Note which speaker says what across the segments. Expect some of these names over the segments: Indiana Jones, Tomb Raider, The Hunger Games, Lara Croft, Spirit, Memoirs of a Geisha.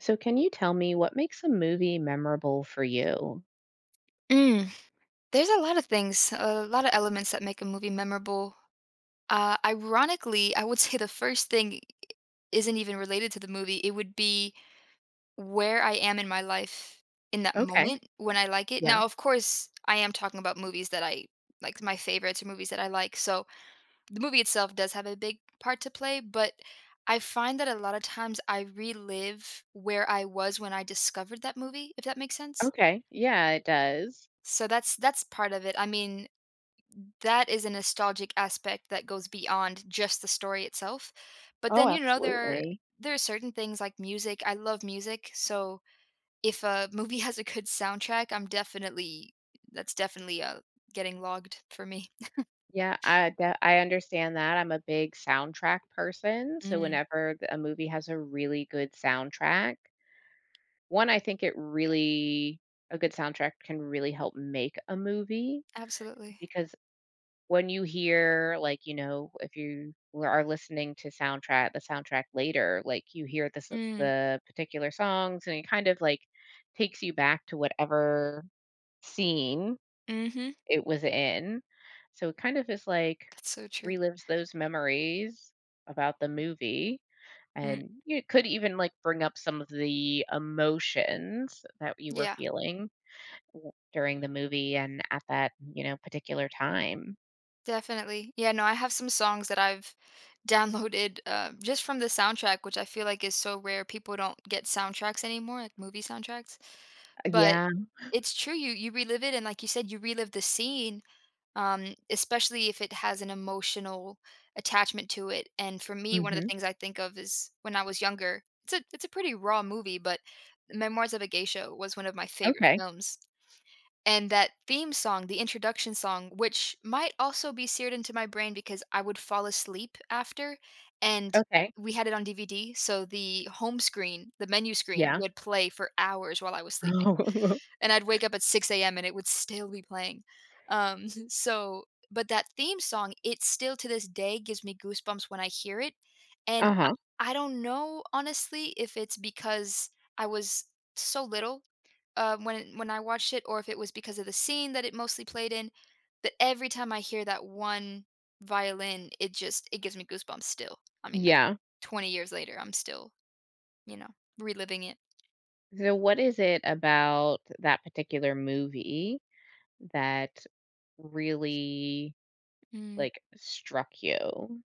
Speaker 1: So, can you tell me what makes a movie memorable for you?
Speaker 2: Mm. There's a lot of things, a lot of elements that make a movie memorable. Ironically, I would say the first thing isn't even related to the movie. It would be where I am in my life in that
Speaker 1: Okay.
Speaker 2: moment when I like it.
Speaker 1: Yeah.
Speaker 2: Now, of course, I am talking about movies that I like, my favorites or movies that I like. So the movie itself does have a big part to play, but I find that a lot of times I relive where I was when I discovered that movie, if that makes sense.
Speaker 1: Okay. Yeah, it does.
Speaker 2: So that's part of it. I mean, that is a nostalgic aspect that goes beyond just the story itself. But
Speaker 1: Oh,
Speaker 2: then, you know, there are
Speaker 1: absolutely.
Speaker 2: there are certain things like music. I love music, so if a movie has a good soundtrack, I'm definitely that's definitely, getting logged for me.
Speaker 1: Yeah, I understand that. I'm a big soundtrack person, so
Speaker 2: Mm.
Speaker 1: whenever a movie has a really good soundtrack, one, I think it really, a good soundtrack can really help make a movie
Speaker 2: Absolutely.
Speaker 1: because when you hear, like, you know, if you are listening to soundtrack, the soundtrack later, like you hear this
Speaker 2: Mm.
Speaker 1: the particular songs, and it kind of like takes you back to whatever scene
Speaker 2: Mhm.
Speaker 1: it was in. So it kind of is like
Speaker 2: That's so true.
Speaker 1: relives those memories about the movie.
Speaker 2: Mm.
Speaker 1: And it could even like bring up some of the emotions that you were
Speaker 2: Yeah.
Speaker 1: feeling during the movie and at that, you know, particular time.
Speaker 2: Definitely. Yeah, no, I have some songs that I've downloaded just from the soundtrack, which I feel like is so rare. People don't get soundtracks anymore, like movie soundtracks. But
Speaker 1: Yeah.
Speaker 2: it's true. You relive it, and like you said, you relive the scene, especially if it has an emotional attachment to it. And for me, one of the
Speaker 1: Hmm.
Speaker 2: things I think of is when I was younger. It's a pretty raw movie, but Memoirs of a Geisha was one of my favorite
Speaker 1: Okay,
Speaker 2: films. And that theme song, the introduction song, which might also be seared into my brain because I would fall asleep after, and
Speaker 1: okay.
Speaker 2: we had it on DVD, so the home screen, the menu screen
Speaker 1: Yeah.
Speaker 2: would play for hours while I was sleeping. And I'd wake up at 6 a.m. and it would still be playing. So but that theme song, it still to this day gives me goosebumps when I hear it.
Speaker 1: Oh,
Speaker 2: And I,
Speaker 1: uh-huh.
Speaker 2: I don't know honestly if it's because I was so little when I watched it, or if it was because of the scene that it mostly played in. But every time I hear that one violin, it just it gives me goosebumps. Still, I mean, like
Speaker 1: Yeah.
Speaker 2: 20 years later, I'm still, you know, reliving it.
Speaker 1: So what is it about that particular movie that really,
Speaker 2: Mm.
Speaker 1: like, struck you?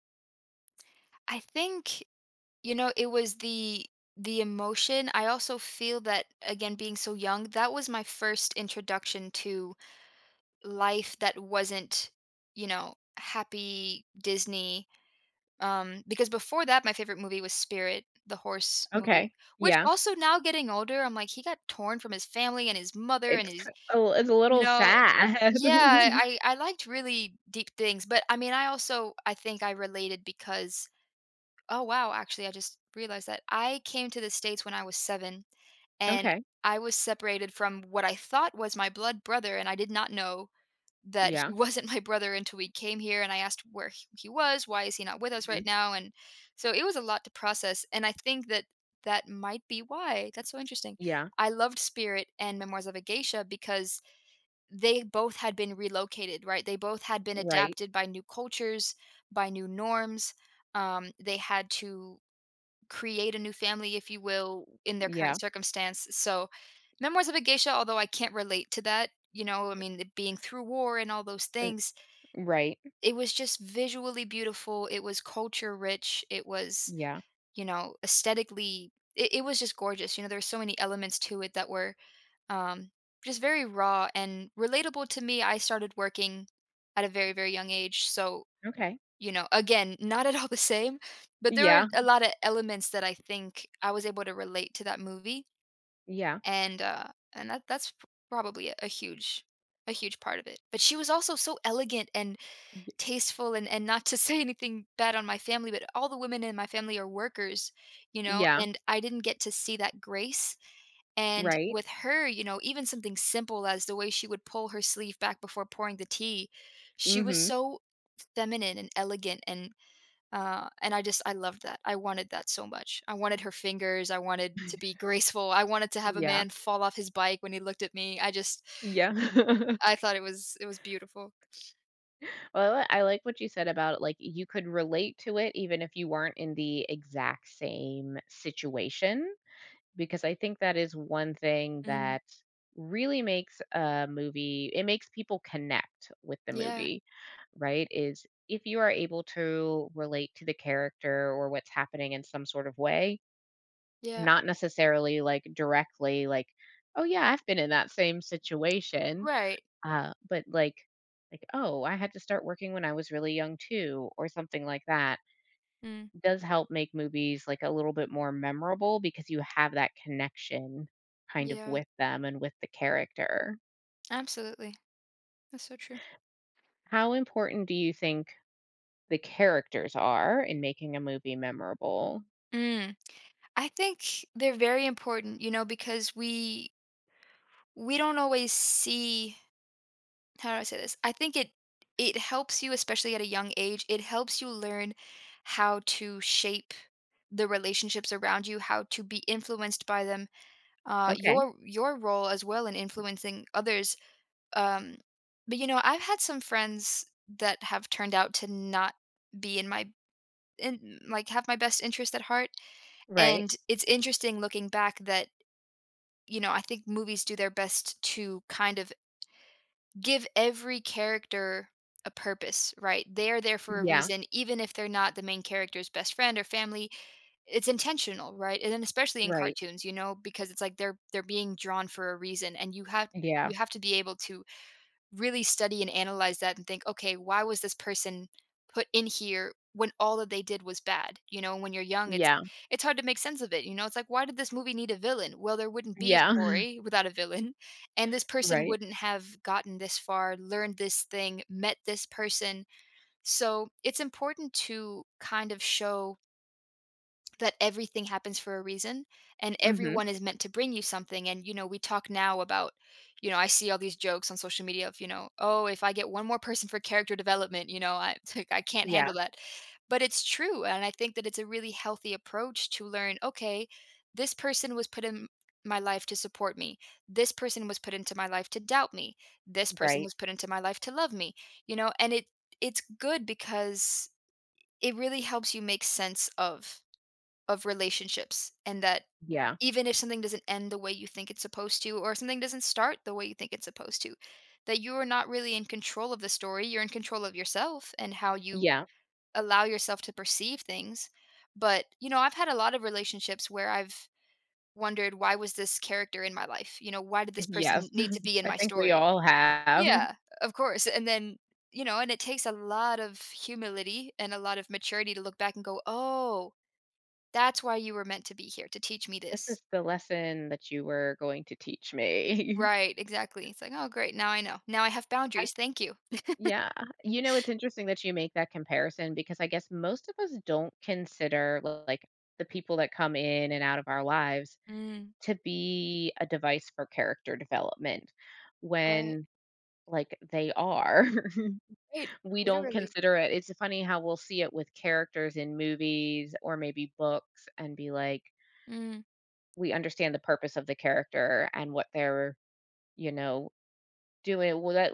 Speaker 2: I think, you know, it was the emotion. I also feel that again, being so young, that was my first introduction to life that wasn't, you know, happy Disney. Because before that, my favorite movie was Spirit, the horse movie,
Speaker 1: Okay,
Speaker 2: which
Speaker 1: yeah.
Speaker 2: also now getting older, I'm like, he got torn from his family and his mother and his,
Speaker 1: It's a
Speaker 2: you
Speaker 1: little
Speaker 2: know,
Speaker 1: sad.
Speaker 2: yeah, I liked really deep things. But I mean, I also, I think I related because, oh, wow, actually, I just realized that I came to the States when I was seven and
Speaker 1: Okay.
Speaker 2: I was separated from what I thought was my blood brother and I did not know that he
Speaker 1: Yeah.
Speaker 2: wasn't my brother until we came here, and I asked where h he was, why is he not with us
Speaker 1: Mhm.
Speaker 2: right now, and so it was a lot to process, and I think that that might be why. That's so interesting.
Speaker 1: Yeah.
Speaker 2: I loved Spirit and Memoirs of a Geisha because they both had been relocated, right? They both had been
Speaker 1: Right.
Speaker 2: adapted by new cultures, by new norms. They had to create a new family, if you will, in their
Speaker 1: Yeah.
Speaker 2: current circumstance. So, Memoirs of a Geisha, although I can't relate to that, you know, I mean, it being through war and all those
Speaker 1: R
Speaker 2: things,
Speaker 1: Right.
Speaker 2: it was just visually beautiful. It was culture rich. It was,
Speaker 1: Yeah.
Speaker 2: you know, aesthetically, it was just gorgeous. You know, there were so many elements to it that were um, just very raw and relatable to me. I started working at a very, very young age. So,
Speaker 1: Okay.
Speaker 2: you know, again, not at all the same, but there were
Speaker 1: Yeah.
Speaker 2: a lot of elements that I think I was able to relate to that movie,
Speaker 1: Yeah.
Speaker 2: and, uh, and that that's p probably a huge part of it. But she was also so elegant and
Speaker 1: Y
Speaker 2: tasteful and not to say anything bad on my family, but all the women in my family are workers, you know,
Speaker 1: Yeah.
Speaker 2: and I didn't get to see that grace, and
Speaker 1: Right.
Speaker 2: with her, you know, even something simple as the way she would pull her sleeve back before pouring the tea, she was
Speaker 1: Mhm.
Speaker 2: so feminine and elegant and I just I loved that. I wanted that so much. I wanted her fingers. I wanted to be graceful. I wanted to have a
Speaker 1: Yeah.
Speaker 2: man fall off his bike when he looked at me. I just
Speaker 1: Yeah.
Speaker 2: I thought it was beautiful.
Speaker 1: Well, I like what you said about like you could relate to it even if you weren't in the exact same situation, because I think that is one thing
Speaker 2: Mm.
Speaker 1: that really makes a movie, it makes people connect with the
Speaker 2: Yeah.
Speaker 1: movie, right? Is if you are able to relate to the character or what's happening in some sort of way,
Speaker 2: Yeah.
Speaker 1: not necessarily like directly, like, oh yeah, I've been in that same situation,
Speaker 2: Right.
Speaker 1: but like, oh, I had to start working when I was really young too, or something like that
Speaker 2: Mm.
Speaker 1: does help make movies like a little bit more memorable because you have that connection kind of
Speaker 2: Yeah.
Speaker 1: with them and with the character.
Speaker 2: Absolutely. That's so true.
Speaker 1: How important do you think the characters are in making a movie memorable?
Speaker 2: Mm. I think they're very important, you know, because we don't always see how do I say this? I think it helps you especially at a young age. It helps you learn how to shape the relationships around you, how to be influenced by them,
Speaker 1: Okay.
Speaker 2: your role as well in influencing others. Um, but you know, I've had some friends that have turned out to not be in my in like have my best interest at heart,
Speaker 1: Right.
Speaker 2: and it's interesting looking back that, you know, I think movies do their best to kind of give every character a purpose, right? They are there for a
Speaker 1: Yeah.
Speaker 2: reason, even if they're not the main character's best friend or family. It's intentional, right? And then especially in
Speaker 1: Right.
Speaker 2: cartoons, you know, because it's like they're being drawn for a reason and you have
Speaker 1: Yeah.
Speaker 2: you have to be able to really study and analyze that and think, "Okay, why was this person put in here when all that they did was bad?" You know, when you're young, it's
Speaker 1: Yeah.
Speaker 2: it's hard to make sense of it, you know? It's like, "Why did this movie need a villain?" Well, there wouldn't be a
Speaker 1: Yeah.
Speaker 2: story without a villain, and this person
Speaker 1: Right.
Speaker 2: wouldn't have gotten this far, learned this thing, met this person. So, it's important to kind of show that everything happens for a reason and
Speaker 1: Mhm.
Speaker 2: everyone is meant to bring you something. And you know we talk now about, you know, I see all these jokes on social media of, you know, oh, if I get one more person for character development, you know, I I can't
Speaker 1: Yeah.
Speaker 2: handle that. But it's true and I think that it's a really healthy approach to learn. Okay, this person was put in my life to support me, this person was put into my life to doubt me, this person
Speaker 1: Right.
Speaker 2: was put into my life to love me, you know. And it's good because it really helps you make sense of relationships. And that
Speaker 1: Yeah.
Speaker 2: even if something doesn't end the way you think it's supposed to or something doesn't start the way you think it's supposed to, that you are not really in control of the story, you're in control of yourself and how you
Speaker 1: Yeah.
Speaker 2: allow yourself to perceive things. But you know I've had a lot of relationships where I've wondered, why was this character in my life? You know, why did this person
Speaker 1: Yes.
Speaker 2: need to be in
Speaker 1: I
Speaker 2: my
Speaker 1: think we
Speaker 2: story?
Speaker 1: all have.
Speaker 2: Yeah, of course. And then, you know, and it takes a lot of humility and a lot of maturity to look back and go, oh, that's why you were meant to be here, to teach me
Speaker 1: This
Speaker 2: this.
Speaker 1: is the lesson that you were going to teach me.
Speaker 2: Right, exactly. It's like, "Oh, great, now I know. Now I have
Speaker 1: I
Speaker 2: boundaries, thank you."
Speaker 1: Yeah. You know, it's interesting that you make that comparison because I guess most of us don't consider like the people that come in and out of our lives
Speaker 2: Mm.
Speaker 1: to be a device for character development
Speaker 2: Right,
Speaker 1: when like they are.
Speaker 2: right,
Speaker 1: We don't
Speaker 2: literally.
Speaker 1: consider it. It's funny how we'll see it with characters in movies or maybe books and be like,
Speaker 2: Mm.
Speaker 1: we understand the purpose of the character and what they're you know doing wh that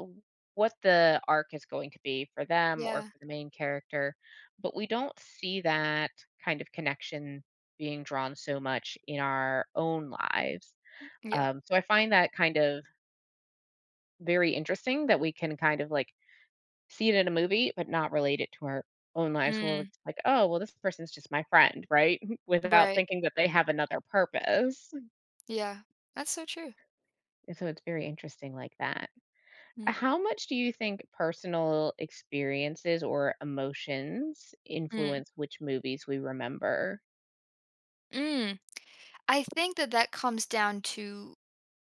Speaker 1: what the arc is going to be for them or
Speaker 2: Yeah,
Speaker 1: for the main character, but we don't see that kind of connection being drawn so much in our own lives.
Speaker 2: yeah.
Speaker 1: So I find that kind of very interesting that we can kind of like see it in a movie, but not relate it to our own lives where we're
Speaker 2: Mm.
Speaker 1: just like, oh, well, this person's just my friend, right? Without
Speaker 2: Right,
Speaker 1: thinking that they have another purpose.
Speaker 2: yeah. That's so true.
Speaker 1: And so it's very interesting like that.
Speaker 2: Mm,
Speaker 1: How much do you think personal experiences or emotions
Speaker 2: mm,
Speaker 1: influence which movies we remember?
Speaker 2: mm. I think that that comes down to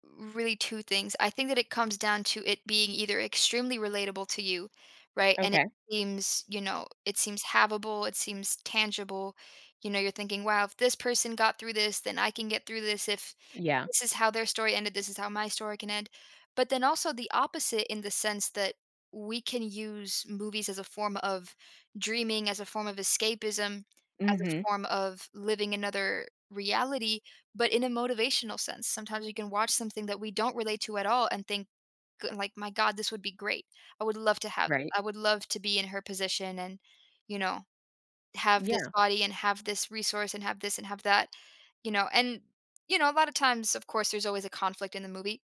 Speaker 2: really two things. I think that it comes down to it being either extremely relatable to you, right? And it
Speaker 1: Okay.
Speaker 2: seems, you know, it seems havable, it seems tangible. You know, you're thinking, wow, if this person got through this, then I can get through this. If
Speaker 1: Yeah.
Speaker 2: this is how their story ended, this is how my story can end. But then also the opposite in the sense that we can use movies as a form of dreaming, as a form of escapism, as
Speaker 1: Mhm.
Speaker 2: a form of living another reality, but in a motivational sense. Sometimes we can watch something that we don't relate to at all and think, like, "My God, this would be great. I would love to have this.
Speaker 1: Right.
Speaker 2: I would love to be in her position and, you know, have this
Speaker 1: Yeah.
Speaker 2: body and have this resource and have this and have that, you know?" And, you know, a lot of times, of course, there's always a conflict in the movie.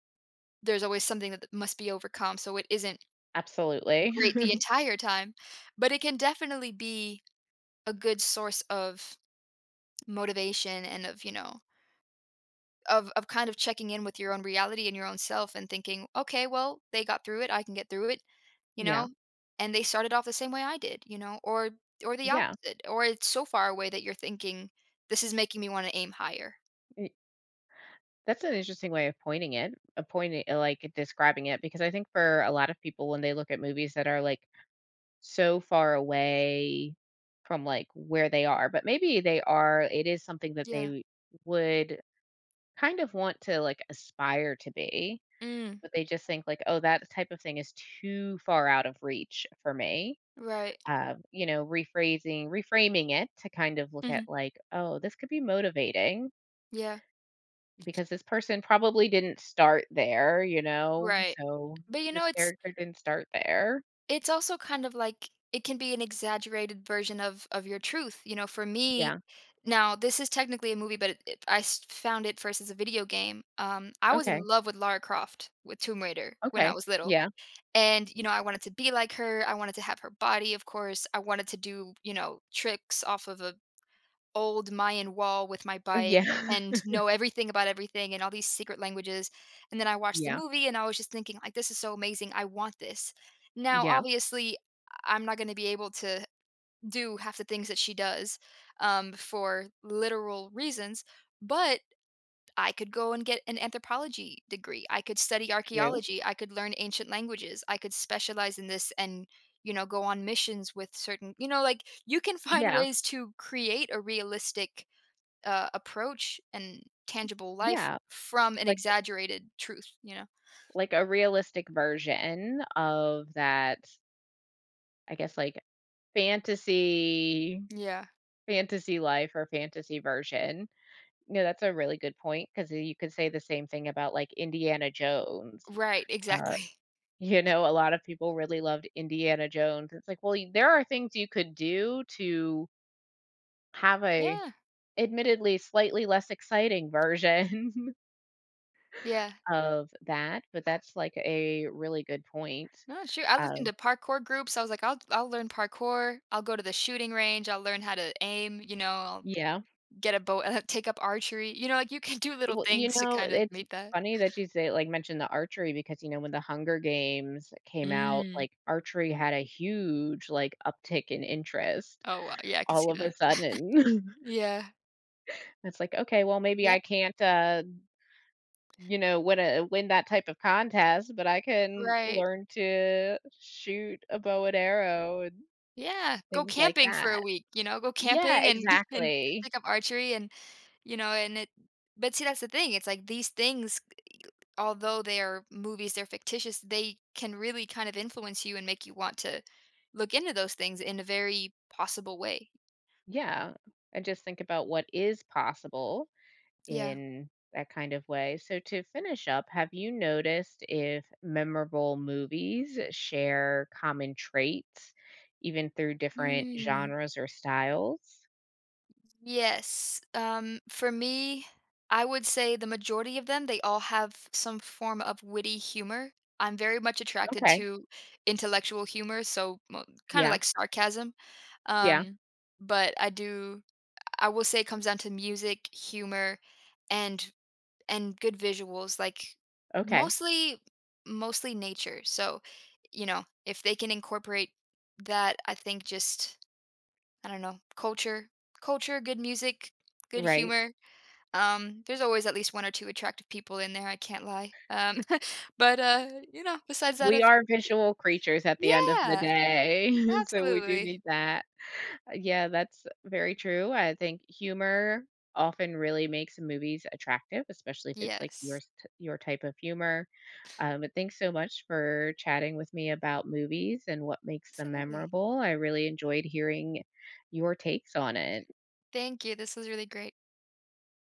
Speaker 2: There's always something that must be overcome. So it isn't
Speaker 1: Absolutely.
Speaker 2: great the entire time, but it can definitely be a good source of motivation and of, you know, of kind of checking in with your own reality and your own self and thinking, okay, well, they got through it, I can get through it. You
Speaker 1: Yeah.
Speaker 2: know? And they started off the same way I did, you know, or the
Speaker 1: Yeah.
Speaker 2: opposite, or it's so far away that you're thinking, "This is making me wanna aim higher."
Speaker 1: Y- That's an interesting way of pointing it, a pointing like describing it because I think for a lot of people when they look at movies that are like so far away from like where they are, but maybe they are it is something that
Speaker 2: Yeah.
Speaker 1: they would kind of want to like aspire to be.
Speaker 2: Mm,
Speaker 1: But they just think like, "Oh, that type of thing is too far out of reach for me."
Speaker 2: right.
Speaker 1: You know, rephrasing reframing it to kind of look at
Speaker 2: Mhm.
Speaker 1: like, "Oh, this could be motivating
Speaker 2: Yeah,
Speaker 1: because this person probably didn't start there, you know?
Speaker 2: right.
Speaker 1: So
Speaker 2: But, you
Speaker 1: this
Speaker 2: know, it's
Speaker 1: character didn't start there."
Speaker 2: it's also kind of like it can be an exaggerated version of your truth, you know. For me,
Speaker 1: Yeah.
Speaker 2: now this is technically a movie but found it first as a video game. I was
Speaker 1: Okay.
Speaker 2: in love with Lara Croft with Tomb Raider when I
Speaker 1: Okay.
Speaker 2: was little,
Speaker 1: Yeah.
Speaker 2: and you know I wanted to be like her, I wanted to have her body, of course. I wanted to do, you know, tricks off of a old Mayan wall with my bike
Speaker 1: Yeah.
Speaker 2: and know everything about everything and all these secret languages. And then I watched the
Speaker 1: Yeah.
Speaker 2: movie and I was just thinking like this is so amazing. I want this. Now
Speaker 1: Yeah.
Speaker 2: obviously I'm not going to be able to do half the things that she does, for literal reasons, but I could go and get an anthropology degree. I could study
Speaker 1: True.
Speaker 2: archaeology. I could learn ancient languages. I could specialize in this and, you know, go on missions with certain, you know. Like you can find
Speaker 1: Yeah.
Speaker 2: ways to create a realistic approach and tangible life
Speaker 1: Yeah.
Speaker 2: from an
Speaker 1: Like
Speaker 2: exaggerated truth, you know?
Speaker 1: like a realistic version of that, I guess, like fantasy
Speaker 2: Yeah.
Speaker 1: fantasy life or fantasy version. No, that's a really good point because you could say the same thing about, like, Indiana Jones.
Speaker 2: Right,
Speaker 1: Uh,
Speaker 2: exactly.
Speaker 1: you know, a lot of people really loved Indiana Jones. It's like, well, there are things you could do to have a
Speaker 2: Yeah.
Speaker 1: admittedly slightly less exciting version
Speaker 2: Yeah.
Speaker 1: of that, but that's, like, a really good point.
Speaker 2: No, sure. I looked into
Speaker 1: Um,
Speaker 2: parkour groups. I was like, I'll learn parkour. I'll go to the shooting range. I'll learn how to aim. You know, I'll
Speaker 1: yeah.
Speaker 2: get a bow and take up archery. You know, like you can do little
Speaker 1: Well, you
Speaker 2: things to
Speaker 1: know,
Speaker 2: kind of
Speaker 1: it's
Speaker 2: meet that.
Speaker 1: funny that you say like, mention the archery because, you know, when The Hunger Games came out,
Speaker 2: Mm.
Speaker 1: like, archery had a huge, like, uptick in interest
Speaker 2: Oh wow. Yeah, I can
Speaker 1: all
Speaker 2: see
Speaker 1: of a
Speaker 2: that.
Speaker 1: sudden.
Speaker 2: Yeah.
Speaker 1: It's like, "Okay, well, maybe
Speaker 2: Yeah.
Speaker 1: I can't, you know, win that type of contest, but I can
Speaker 2: Right.
Speaker 1: learn to shoot a bow and arrow and
Speaker 2: Yeah. Go
Speaker 1: things like
Speaker 2: camping for
Speaker 1: that."
Speaker 2: a week. You know, go
Speaker 1: Yeah,
Speaker 2: camping and and
Speaker 1: exactly.
Speaker 2: pick up archery and, you know. And it but see, that's the thing. It's like these things, although they are movies, they're fictitious, they can really kind of influence you and make you want to look into those things in a very possible way.
Speaker 1: Yeah, and just think about what is possible
Speaker 2: Yeah.
Speaker 1: in that kind of way. So, to finish up, have you noticed if memorable movies share common traits, even through different
Speaker 2: Mm.
Speaker 1: genres or styles?
Speaker 2: Yes. For me, I would say the majority of them, they all have some form of witty humor. I'm very much attracted
Speaker 1: Okay.
Speaker 2: to intellectual humor, so kind of
Speaker 1: Yeah.
Speaker 2: like sarcasm.
Speaker 1: Yeah.
Speaker 2: Um, but I do, I will say it comes down to music, humor, and good visuals, like
Speaker 1: Okay.
Speaker 2: mostly mostly nature. So, you know, if they can incorporate that, I think just I don't know, culture, good music, good
Speaker 1: Right.
Speaker 2: humor. There's always at least one or two attractive people in there, I can't lie. But You know, besides that,
Speaker 1: We
Speaker 2: of
Speaker 1: are visual creatures at the end of the
Speaker 2: yeah,
Speaker 1: day. So, we do
Speaker 2: absolutely.
Speaker 1: need that. Yeah, that's very true. I think humor often really makes movies attractive, especially if it's like your
Speaker 2: Yes.
Speaker 1: your type of humor. But thanks so much for chatting with me about movies and what makes them
Speaker 2: Absolutely.
Speaker 1: memorable. I really enjoyed hearing your takes on it.
Speaker 2: Thank you. This was really great.